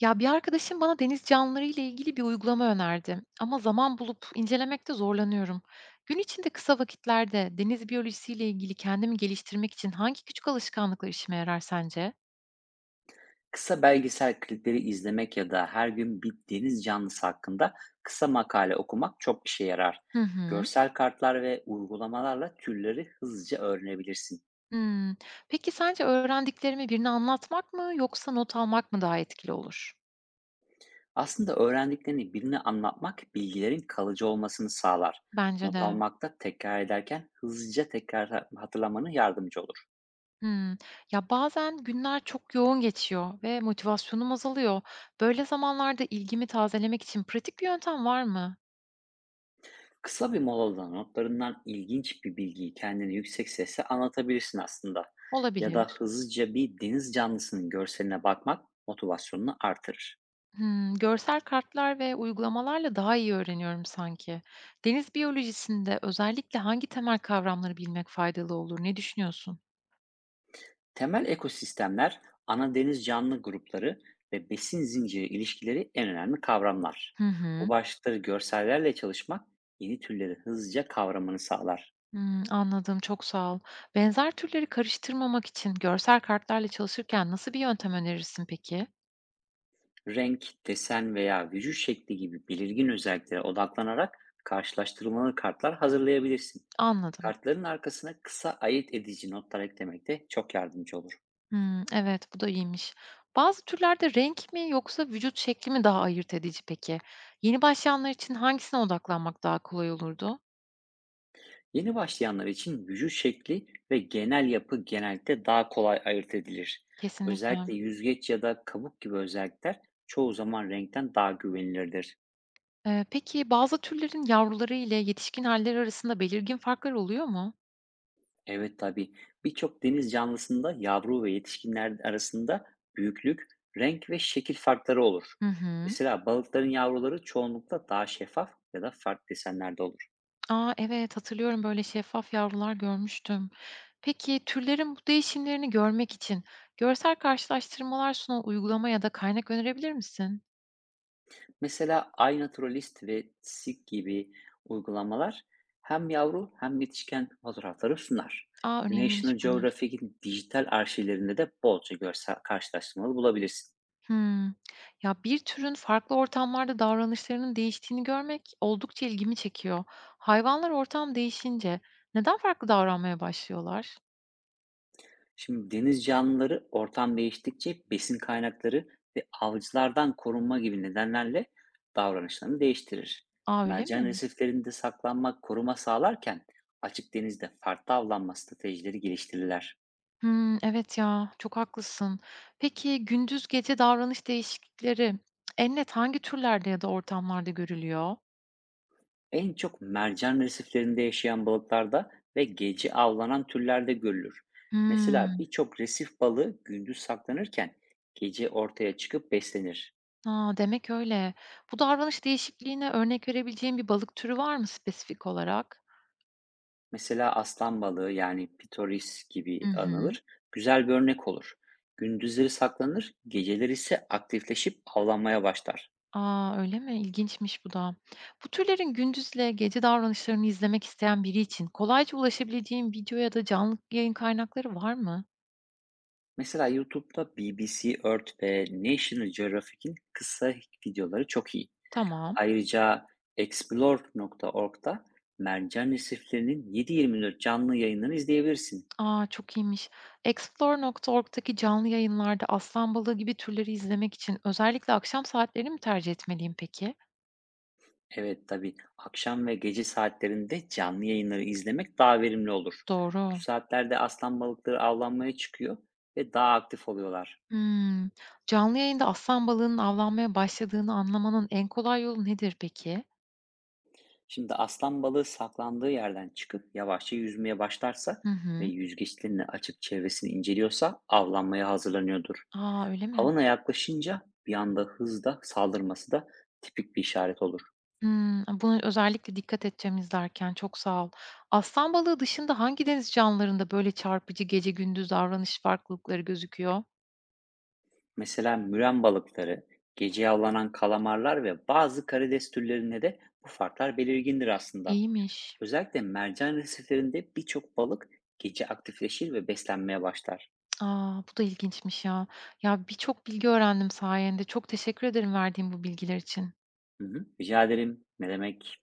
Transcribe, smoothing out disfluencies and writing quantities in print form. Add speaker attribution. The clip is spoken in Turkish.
Speaker 1: Ya bir arkadaşım bana deniz canlıları ile ilgili bir uygulama önerdi ama zaman bulup incelemekte zorlanıyorum. Gün içinde kısa vakitlerde deniz biyolojisi ile ilgili kendimi geliştirmek için hangi küçük alışkanlıklar işime yarar sence?
Speaker 2: Kısa belgesel klipleri izlemek ya da her gün bir deniz canlısı hakkında kısa makale okumak çok işe yarar.
Speaker 1: Hı hı.
Speaker 2: Görsel kartlar ve uygulamalarla türleri hızlıca öğrenebilirsin.
Speaker 1: Hmm. Peki sence öğrendiklerimi birine anlatmak mı yoksa not almak mı daha etkili olur?
Speaker 2: Aslında öğrendiklerini birine anlatmak bilgilerin kalıcı olmasını sağlar.
Speaker 1: Bence
Speaker 2: Not
Speaker 1: de.
Speaker 2: almak da tekrar ederken hızlıca tekrar hatırlamanı yardımcı olur.
Speaker 1: Hmm. Ya bazen günler çok yoğun geçiyor ve motivasyonum azalıyor. Böyle zamanlarda ilgimi tazelemek için pratik bir yöntem var mı?
Speaker 2: Kısa bir molada notlarından ilginç bir bilgiyi kendine yüksek sesle anlatabilirsin aslında. Ya da
Speaker 1: Olabilir.
Speaker 2: hızlıca bir deniz canlısının görseline bakmak motivasyonunu artırır.
Speaker 1: Hımm, görsel kartlar ve uygulamalarla daha iyi öğreniyorum sanki. Deniz biyolojisinde özellikle hangi temel kavramları bilmek faydalı olur? Ne düşünüyorsun?
Speaker 2: Temel ekosistemler, ana deniz canlı grupları ve besin zinciri ilişkileri en önemli kavramlar.
Speaker 1: Hı hı.
Speaker 2: Bu başlıkları görsellerle çalışmak yeni türleri hızlıca kavramanı sağlar.
Speaker 1: Hımm, anladım, çok sağ ol. Benzer türleri karıştırmamak için görsel kartlarla çalışırken nasıl bir yöntem önerirsin peki?
Speaker 2: Renk, desen veya vücut şekli gibi belirgin özelliklere odaklanarak karşılaştırmalı kartlar hazırlayabilirsin.
Speaker 1: Anladım.
Speaker 2: Kartların arkasına kısa ayırt edici notlar eklemek de çok yardımcı olur.
Speaker 1: Hımm, evet, bu da iyiymiş. Bazı türlerde renk mi yoksa vücut şekli mi daha ayırt edici peki? Yeni başlayanlar için hangisine odaklanmak daha kolay olurdu?
Speaker 2: Yeni başlayanlar için vücut şekli ve genel yapı genellikle daha kolay ayırt edilir.
Speaker 1: Kesinlikle.
Speaker 2: Özellikle yüzgeç ya da kabuk gibi özellikler çoğu zaman renkten daha güvenilirdir.
Speaker 1: Peki bazı türlerin yavruları ile yetişkin hâlleri arasında belirgin farklar oluyor mu?
Speaker 2: Evet tabii, birçok deniz canlısında yavru ve yetişkinler arasında büyüklük, renk ve şekil farkları olur.
Speaker 1: Hı hı.
Speaker 2: Mesela balıkların yavruları çoğunlukla daha şeffaf ya da farklı desenlerde olur.
Speaker 1: A, evet, hatırlıyorum böyle şeffaf yavrular görmüştüm. Peki türlerin bu değişimlerini görmek için görsel karşılaştırmalar sunan uygulama ya da kaynak önerebilir misin?
Speaker 2: Mesela iNaturalist ve Seek gibi uygulamalar hem yavru hem yetişken fotoğrafları sunar.
Speaker 1: Aa, önemliymiş
Speaker 2: National
Speaker 1: bunlar.
Speaker 2: Geographic'in dijital arşivlerinde de bolca görsel karşılaştırmalı bulabilirsin.
Speaker 1: Hımm. Ya bir türün farklı ortamlarda davranışlarının değiştiğini görmek oldukça ilgimi çekiyor. Hayvanlar ortam değişince neden farklı davranmaya başlıyorlar?
Speaker 2: Şimdi deniz canlıları ortam değiştikçe besin kaynakları ve avcılardan korunma gibi nedenlerle davranışlarını değiştirir.
Speaker 1: Aa, öyle
Speaker 2: Mercan
Speaker 1: mi?
Speaker 2: resiflerinde saklanmak koruma sağlarken açık denizde farklı avlanma stratejileri geliştirirler.
Speaker 1: Hımm, evet ya, çok haklısın. Peki gündüz gece davranış değişiklikleri en net hangi türlerde ya da ortamlarda görülüyor?
Speaker 2: En çok mercan resiflerinde yaşayan balıklarda ve gece avlanan türlerde görülür. Mesela
Speaker 1: Hımm.
Speaker 2: birçok resif balığı gündüz saklanırken gece ortaya çıkıp beslenir.
Speaker 1: A, demek öyle. Bu davranış değişikliğine örnek verebileceğin bir balık türü var mı spesifik olarak?
Speaker 2: Mesela aslan balığı, yani pitoris
Speaker 1: Hı
Speaker 2: gibi
Speaker 1: hı.
Speaker 2: anılır, güzel bir örnek olur. Gündüzleri saklanır, geceleri ise aktifleşip avlanmaya başlar.
Speaker 1: A, öyle mi? İlginçmiş bu da. Bu türlerin gündüzle gece davranışlarını izlemek isteyen biri için kolayca ulaşabileceğin video ya da canlı yayın kaynakları var mı?
Speaker 2: Mesela YouTube'da BBC Earth ve National Geographic'in kısa videoları çok iyi.
Speaker 1: Tamam.
Speaker 2: Ayrıca explore.org'da mercan resiflerinin 7/24 canlı yayınlarını izleyebilirsin.
Speaker 1: A! Çok iyiymiş. Explore.org'daki canlı yayınlarda aslan balığı gibi türleri izlemek için özellikle akşam saatlerini mi tercih etmeliyim peki?
Speaker 2: Evet tabii, akşam ve gece saatlerinde canlı yayınları izlemek daha verimli olur. Bu
Speaker 1: Doğru.
Speaker 2: saatlerde aslan balıkları avlanmaya çıkıyor ve daha aktif oluyorlar.
Speaker 1: Hımm. Canlı yayında aslan balığının avlanmaya başladığını anlamanın en kolay yolu nedir peki?
Speaker 2: Şimdi aslan balığı saklandığı yerden çıkıp yavaşça yüzmeye başlarsa
Speaker 1: Hı hı.
Speaker 2: ve yüzgeçlerini açıp çevresini inceliyorsa avlanmaya hazırlanıyordur.
Speaker 1: A! Öyle mi?
Speaker 2: Havana yaklaşınca bir anda hızla saldırması da tipik bir işaret olur.
Speaker 1: Hımm. Buna özellikle dikkat edeceğim izlerken. Çok sağ ol. Aslan balığı dışında hangi deniz canlılarında böyle çarpıcı gece gündüz davranış farklılıkları gözüküyor?
Speaker 2: Mesela müren balıkları, gece avlanan kalamarlar ve bazı karides türlerinde de bu farklar belirgindir aslında.
Speaker 1: İyiymiş.
Speaker 2: Özellikle mercan resiflerinde birçok balık gece aktifleşir ve beslenmeye başlar.
Speaker 1: A! Bu da ilginçmiş ya. Ya, birçok bilgi öğrendim sayende. Çok teşekkür ederim verdiğin bu bilgiler için.
Speaker 2: Hı hı. Rica ederim. Ne demek?